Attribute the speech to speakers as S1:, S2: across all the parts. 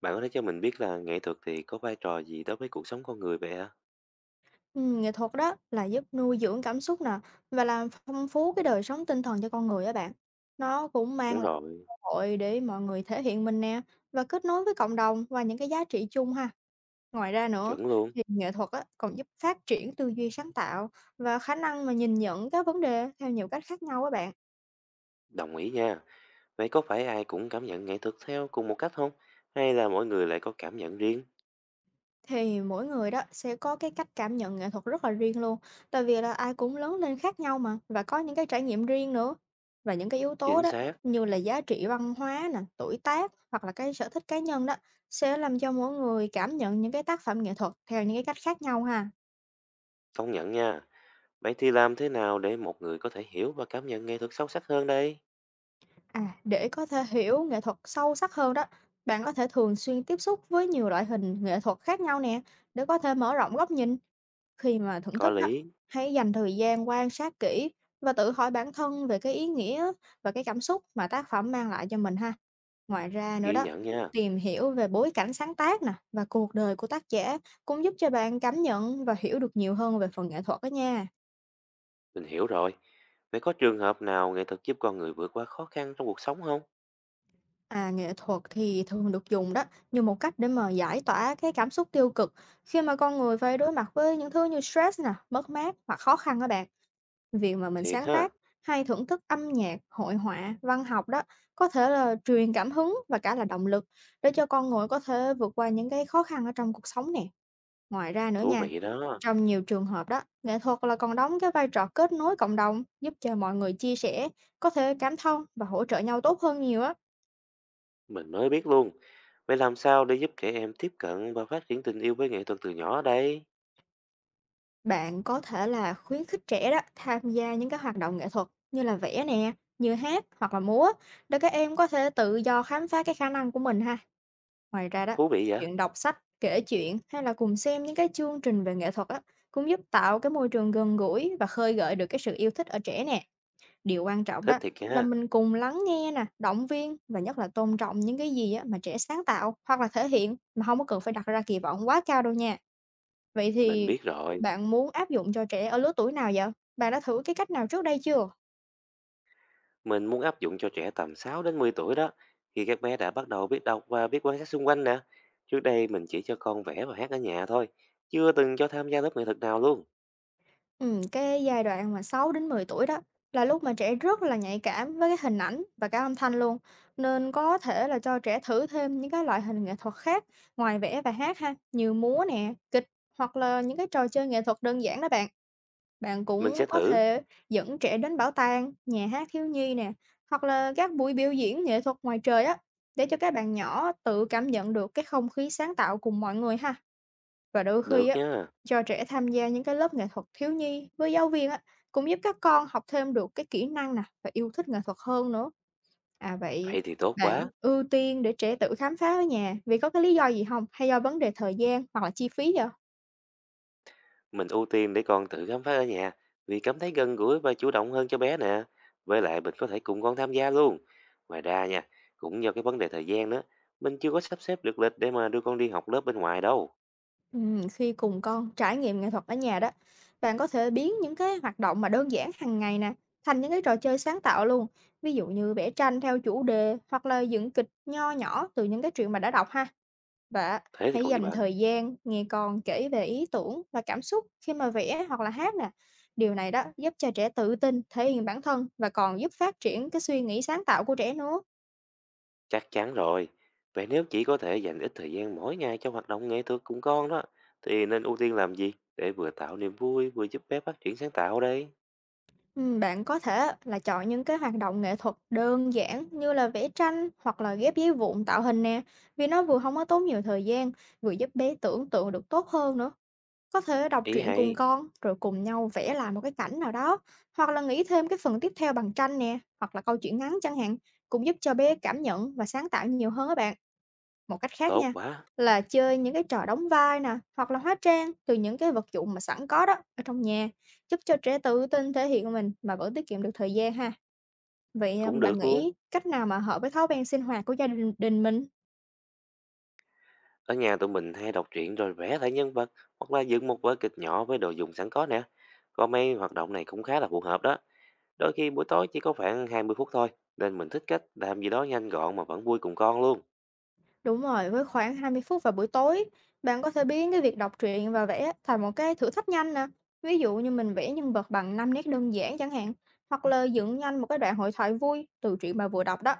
S1: Bạn có thể cho mình biết là nghệ thuật thì có vai trò gì đối với cuộc sống con người vậy ạ?
S2: Nghệ thuật đó là giúp nuôi dưỡng cảm xúc nè và làm phong phú cái đời sống tinh thần cho con người á bạn. Nó cũng mang
S1: Đúng
S2: lại
S1: rồi,
S2: cơ hội để mọi người thể hiện mình nè và kết nối với cộng đồng và những cái giá trị chung ha. Ngoài ra nữa
S1: chuẩn luôn,
S2: thì nghệ thuật á, còn giúp phát triển tư duy sáng tạo và khả năng mà nhìn nhận các vấn đề theo nhiều cách khác nhau á bạn.
S1: đồng ý nha. Vậy có phải ai cũng cảm nhận nghệ thuật theo cùng một cách không? Hay là mỗi người lại có cảm nhận riêng?
S2: Thì mỗi người đó sẽ có cái cách cảm nhận nghệ thuật rất là riêng luôn, tại vì là ai cũng lớn lên khác nhau mà và có những cái trải nghiệm riêng nữa, và những cái yếu tố
S1: Chính
S2: đó
S1: xác,
S2: như là giá trị văn hóa nè, tuổi tác hoặc là cái sở thích cá nhân đó sẽ làm cho mỗi người cảm nhận những cái tác phẩm nghệ thuật theo những cái cách khác nhau ha.
S1: công nhận nha. Vậy thì làm thế nào để một người có thể hiểu và cảm nhận nghệ thuật sâu sắc hơn đây?
S2: À, để có thể hiểu nghệ thuật sâu sắc hơn đó, bạn có thể thường xuyên tiếp xúc với nhiều loại hình nghệ thuật khác nhau nè, để có thể mở rộng góc nhìn. Khi mà thưởng
S1: Có
S2: thức đó,
S1: lý,
S2: hãy dành thời gian quan sát kỹ và tự hỏi bản thân về cái ý nghĩa và cái cảm xúc mà tác phẩm mang lại cho mình ha. Ngoài ra nữa
S1: ghi
S2: đó,
S1: nhận nha.
S2: tìm hiểu về bối cảnh sáng tác nè và cuộc đời của tác giả cũng giúp cho bạn cảm nhận và hiểu được nhiều hơn về phần nghệ thuật đó nha.
S1: Mình hiểu rồi. Vậy có trường hợp nào nghệ thuật giúp con người vượt qua khó khăn trong cuộc sống không?
S2: À, nghệ thuật thì thường được dùng đó như một cách để mà giải tỏa cái cảm xúc tiêu cực, khi mà con người phải đối mặt với những thứ như stress nè, mất mát hoặc khó khăn các bạn. Việc mà mình
S1: Thiệt
S2: sáng
S1: ha,
S2: tác hay thưởng thức âm nhạc, hội họa, văn học đó có thể là truyền cảm hứng và cả là động lực để cho con người có thể vượt qua những cái khó khăn ở trong cuộc sống nè. Ngoài ra nữa
S1: thú
S2: nha,
S1: vị đó.
S2: trong nhiều trường hợp đó, nghệ thuật là còn đóng cái vai trò kết nối cộng đồng, giúp cho mọi người chia sẻ, có thể cảm thông và hỗ trợ nhau tốt hơn nhiều á.
S1: Mình mới biết luôn. Vậy làm sao để giúp trẻ em tiếp cận và phát triển tình yêu với nghệ thuật từ nhỏ đây?
S2: Bạn có thể là khuyến khích trẻ đó tham gia những cái hoạt động nghệ thuật như là vẽ nè, như hát hoặc là múa, để các em có thể tự do khám phá cái khả năng của mình ha. Ngoài ra đó,
S1: Thú vị vậy?
S2: chuyện đọc sách, kể chuyện hay là cùng xem những cái chương trình về nghệ thuật á, cũng giúp tạo cái môi trường gần gũi và khơi gợi được cái sự yêu thích ở trẻ nè. Điều quan trọng
S1: Thích
S2: đó
S1: thiệt
S2: là
S1: ha.
S2: mình cùng lắng nghe nè, động viên và nhất là tôn trọng những cái gì á, mà trẻ sáng tạo hoặc là thể hiện, mà không có cần phải đặt ra kỳ vọng quá cao đâu nha. Vậy
S1: Mình
S2: thì
S1: biết rồi.
S2: bạn muốn áp dụng cho trẻ ở lứa tuổi nào vậy? Bạn đã thử cái cách nào trước đây chưa?
S1: Mình muốn áp dụng cho trẻ tầm 6 đến 10 tuổi đó. Khi các bé đã bắt đầu biết đọc và biết quan sát xung quanh nè. Trước đây mình chỉ cho con vẽ và hát ở nhà thôi. Chưa từng cho tham gia lớp nghệ thuật nào luôn.
S2: Cái giai đoạn mà 6 đến 10 tuổi đó là lúc mà trẻ rất là nhạy cảm với cái hình ảnh và cả âm thanh luôn, nên có thể là cho trẻ thử thêm những cái loại hình nghệ thuật khác ngoài vẽ và hát ha, như múa nè, kịch hoặc là những cái trò chơi nghệ thuật đơn giản đó bạn. Bạn
S1: Mình
S2: cũng
S1: sẽ
S2: có
S1: thử.
S2: thể dẫn trẻ đến bảo tàng, nhà hát thiếu nhi nè, hoặc là các buổi biểu diễn nghệ thuật ngoài trời á, để cho các bạn nhỏ tự cảm nhận được cái không khí sáng tạo cùng mọi người ha. Và đôi khi
S1: Được
S2: á,
S1: nha.
S2: cho trẻ tham gia những cái lớp nghệ thuật thiếu nhi với giáo viên á, cũng giúp các con học thêm được cái kỹ năng nè và yêu thích nghệ thuật hơn nữa. À vậy,
S1: Vậy thì tốt
S2: bạn
S1: quá.
S2: ưu tiên để trẻ tự khám phá ở nhà vì có cái lý do gì không? Hay do vấn đề thời gian hoặc là chi phí vậy?
S1: Mình ưu tiên để con tự khám phá ở nhà vì cảm thấy gần gũi và chủ động hơn cho bé nè. Với lại mình có thể cùng con tham gia luôn. Ngoài ra nha, cũng do cái vấn đề thời gian nữa, mình chưa có sắp xếp được lịch để mà đưa con đi học lớp bên ngoài đâu.
S2: Khi cùng con trải nghiệm nghệ thuật ở nhà đó, bạn có thể biến những cái hoạt động mà đơn giản hàng ngày nè, thành những cái trò chơi sáng tạo luôn. Ví dụ như vẽ tranh theo chủ đề, hoặc là dựng kịch nho nhỏ từ những cái chuyện mà đã đọc ha. Và
S1: Thế thì
S2: hãy
S1: còn gì
S2: dành
S1: bạn?
S2: thời gian nghe con kể về ý tưởng và cảm xúc khi mà vẽ hoặc là hát nè. Điều này đó giúp cho trẻ tự tin, thể hiện bản thân và còn giúp phát triển cái suy nghĩ sáng tạo của trẻ nữa.
S1: Chắc chắn rồi. Vậy nếu chỉ có thể dành ít thời gian mỗi ngày cho hoạt động nghệ thuật cùng con đó, thì nên ưu tiên làm gì để vừa tạo niềm vui vừa giúp bé phát triển sáng tạo đây?
S2: Bạn có thể là chọn những cái hoạt động nghệ thuật đơn giản như là vẽ tranh hoặc là ghép giấy vụn tạo hình nè, vì nó vừa không có tốn nhiều thời gian, vừa giúp bé tưởng tượng được tốt hơn nữa. Có thể đọc
S1: Ý
S2: truyện cùng
S1: hay,
S2: con, rồi cùng nhau vẽ lại một cái cảnh nào đó, hoặc là nghĩ thêm cái phần tiếp theo bằng tranh nè, hoặc là câu chuyện ngắn chẳng hạn, cũng giúp cho bé cảm nhận và sáng tạo nhiều hơn các bạn. Một cách khác
S1: tốt
S2: nha,
S1: quá,
S2: là chơi những cái trò đóng vai nè, hoặc là hóa trang từ những cái vật dụng mà sẵn có đó ở trong nhà, giúp cho trẻ tự tin thể hiện mình mà vẫn tiết kiệm được thời gian ha. Vậy à,
S1: cũng
S2: bạn
S1: được luôn.
S2: nghĩ cách nào mà hợp với thói quen sinh hoạt của gia đình đình mình?
S1: Ở nhà tụi mình hay đọc truyện rồi vẽ lại nhân vật hoặc là dựng một vở kịch nhỏ với đồ dùng sẵn có nè. Có mấy hoạt động này cũng khá là phù hợp đó. Đôi khi buổi tối chỉ có khoảng 20 phút thôi nên mình thích cách làm gì đó nhanh gọn mà vẫn vui cùng con luôn.
S2: Đúng rồi, với khoảng 20 phút vào buổi tối, bạn có thể biến cái việc đọc truyện và vẽ thành một cái thử thách nhanh nè. Ví dụ như mình vẽ nhân vật bằng 5 nét đơn giản chẳng hạn, hoặc là dựng nhanh một cái đoạn hội thoại vui từ truyện bà vừa đọc đó.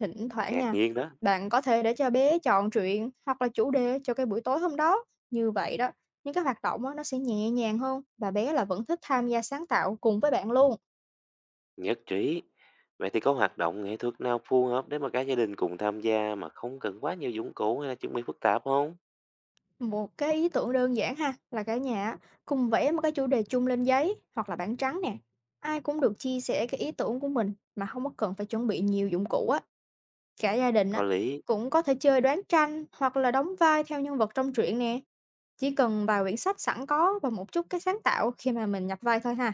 S2: Thỉnh thoảng
S1: Ngạc
S2: nha,
S1: nhiên đó,
S2: bạn có thể để cho bé chọn truyện hoặc là chủ đề cho cái buổi tối hôm đó. Như vậy đó, những cái hoạt động á, nó sẽ nhẹ nhàng hơn và bé là vẫn thích tham gia sáng tạo cùng với bạn luôn.
S1: nhất trí. Vậy thì có hoạt động nghệ thuật nào phù hợp để mà cả gia đình cùng tham gia mà không cần quá nhiều dụng cụ hay là chuẩn bị phức tạp không?
S2: Một cái ý tưởng đơn giản ha, là cả nhà á, cùng vẽ một cái chủ đề chung lên giấy hoặc là bảng trắng nè. Ai cũng được chia sẻ cái ý tưởng của mình mà không có cần phải chuẩn bị nhiều dụng cụ á. Cả gia đình
S1: Có
S2: á,
S1: lý,
S2: cũng có thể chơi đoán tranh hoặc là đóng vai theo nhân vật trong truyện nè. Chỉ cần vài quyển sách sẵn có và một chút cái sáng tạo khi mà mình nhập vai thôi ha.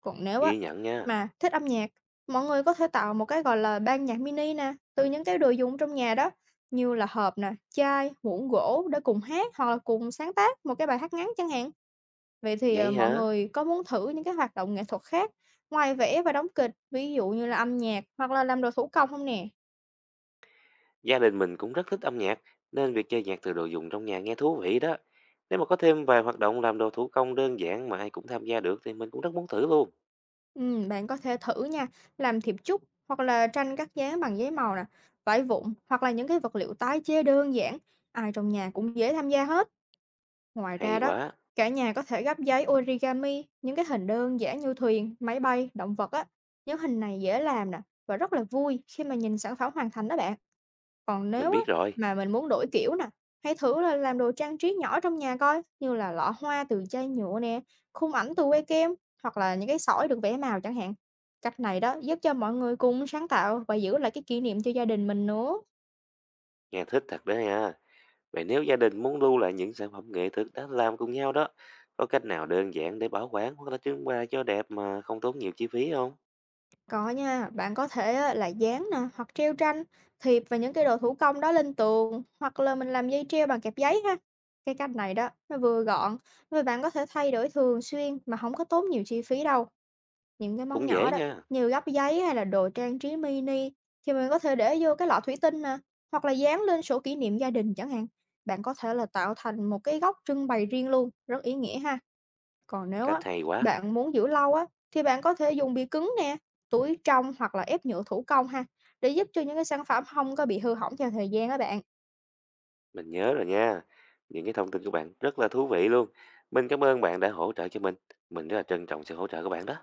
S2: Còn nếu á
S1: ghi nhận nha.
S2: mà thích âm nhạc, mọi người có thể tạo một cái, gọi là, ban nhạc mini nè, từ những cái đồ dùng trong nhà đó, như là hộp nè, chai, muỗng gỗ để cùng hát hoặc là cùng sáng tác một cái bài hát ngắn chẳng hạn. Vậy thì,
S1: Vậy
S2: mọi
S1: hả?
S2: người có muốn thử những cái hoạt động nghệ thuật khác ngoài vẽ và đóng kịch, ví dụ như là âm nhạc hoặc là làm đồ thủ công không nè?
S1: Gia đình mình cũng rất thích âm nhạc, nên việc chơi nhạc từ đồ dùng trong nhà nghe thú vị đó. Nếu mà có thêm vài hoạt động làm đồ thủ công đơn giản mà ai cũng tham gia được thì mình cũng rất muốn thử luôn.
S2: Bạn có thể thử nha, làm thiệp chúc hoặc là tranh cắt dán bằng giấy màu nè, vải vụn hoặc là những cái vật liệu tái chế đơn giản, ai trong nhà cũng dễ tham gia hết. Ngoài
S1: Hay
S2: ra đó,
S1: quá,
S2: cả nhà có thể gấp giấy origami, những cái hình đơn giản như thuyền, máy bay, động vật á. Nhóm hình này dễ làm nè và rất là vui khi mà nhìn sản phẩm hoàn thành đó bạn. Còn
S1: mình
S2: nếu á,
S1: biết rồi,
S2: mà mình muốn đổi kiểu nè, hãy thử là làm đồ trang trí nhỏ trong nhà coi, như là lọ hoa từ chai nhựa nè, khung ảnh từ que kem hoặc là những cái sỏi được vẽ màu chẳng hạn. Cách này đó giúp cho mọi người cùng sáng tạo và giữ lại cái kỷ niệm cho gia đình mình nữa.
S1: nghe thích thật đó nha. Vậy nếu gia đình muốn lưu lại những sản phẩm nghệ thuật đã làm cùng nhau đó, có cách nào đơn giản để bảo quản hoặc là trưng bày cho đẹp mà không tốn nhiều chi phí không?
S2: Có nha, bạn có thể á, là dán nè, hoặc treo tranh, thiệp và những cái đồ thủ công đó lên tường, hoặc là mình làm dây treo bằng kẹp giấy ha. Cái cách này đó, nó vừa gọn, và bạn có thể thay đổi thường xuyên mà không có tốn nhiều chi phí đâu. Những cái món
S1: Cũng
S2: nhỏ
S1: dễ
S2: đó,
S1: nha.
S2: như gấp giấy hay là đồ trang trí mini, thì mình có thể để vô cái lọ thủy tinh nè, hoặc là dán lên sổ kỷ niệm gia đình chẳng hạn. Bạn có thể là tạo thành một cái góc trưng bày riêng luôn, rất ý nghĩa ha. Còn nếu
S1: Cách
S2: á,
S1: hay quá,
S2: bạn muốn giữ lâu á, thì bạn có thể dùng bìa cứng nè, túi trong hoặc là ép nhựa thủ công ha, để giúp cho những cái sản phẩm không có bị hư hỏng theo thời gian á bạn.
S1: mình nhớ rồi nha. Những cái thông tin của bạn rất là thú vị luôn. Mình cảm ơn bạn đã hỗ trợ cho mình. Mình rất là trân trọng sự hỗ trợ của bạn đó.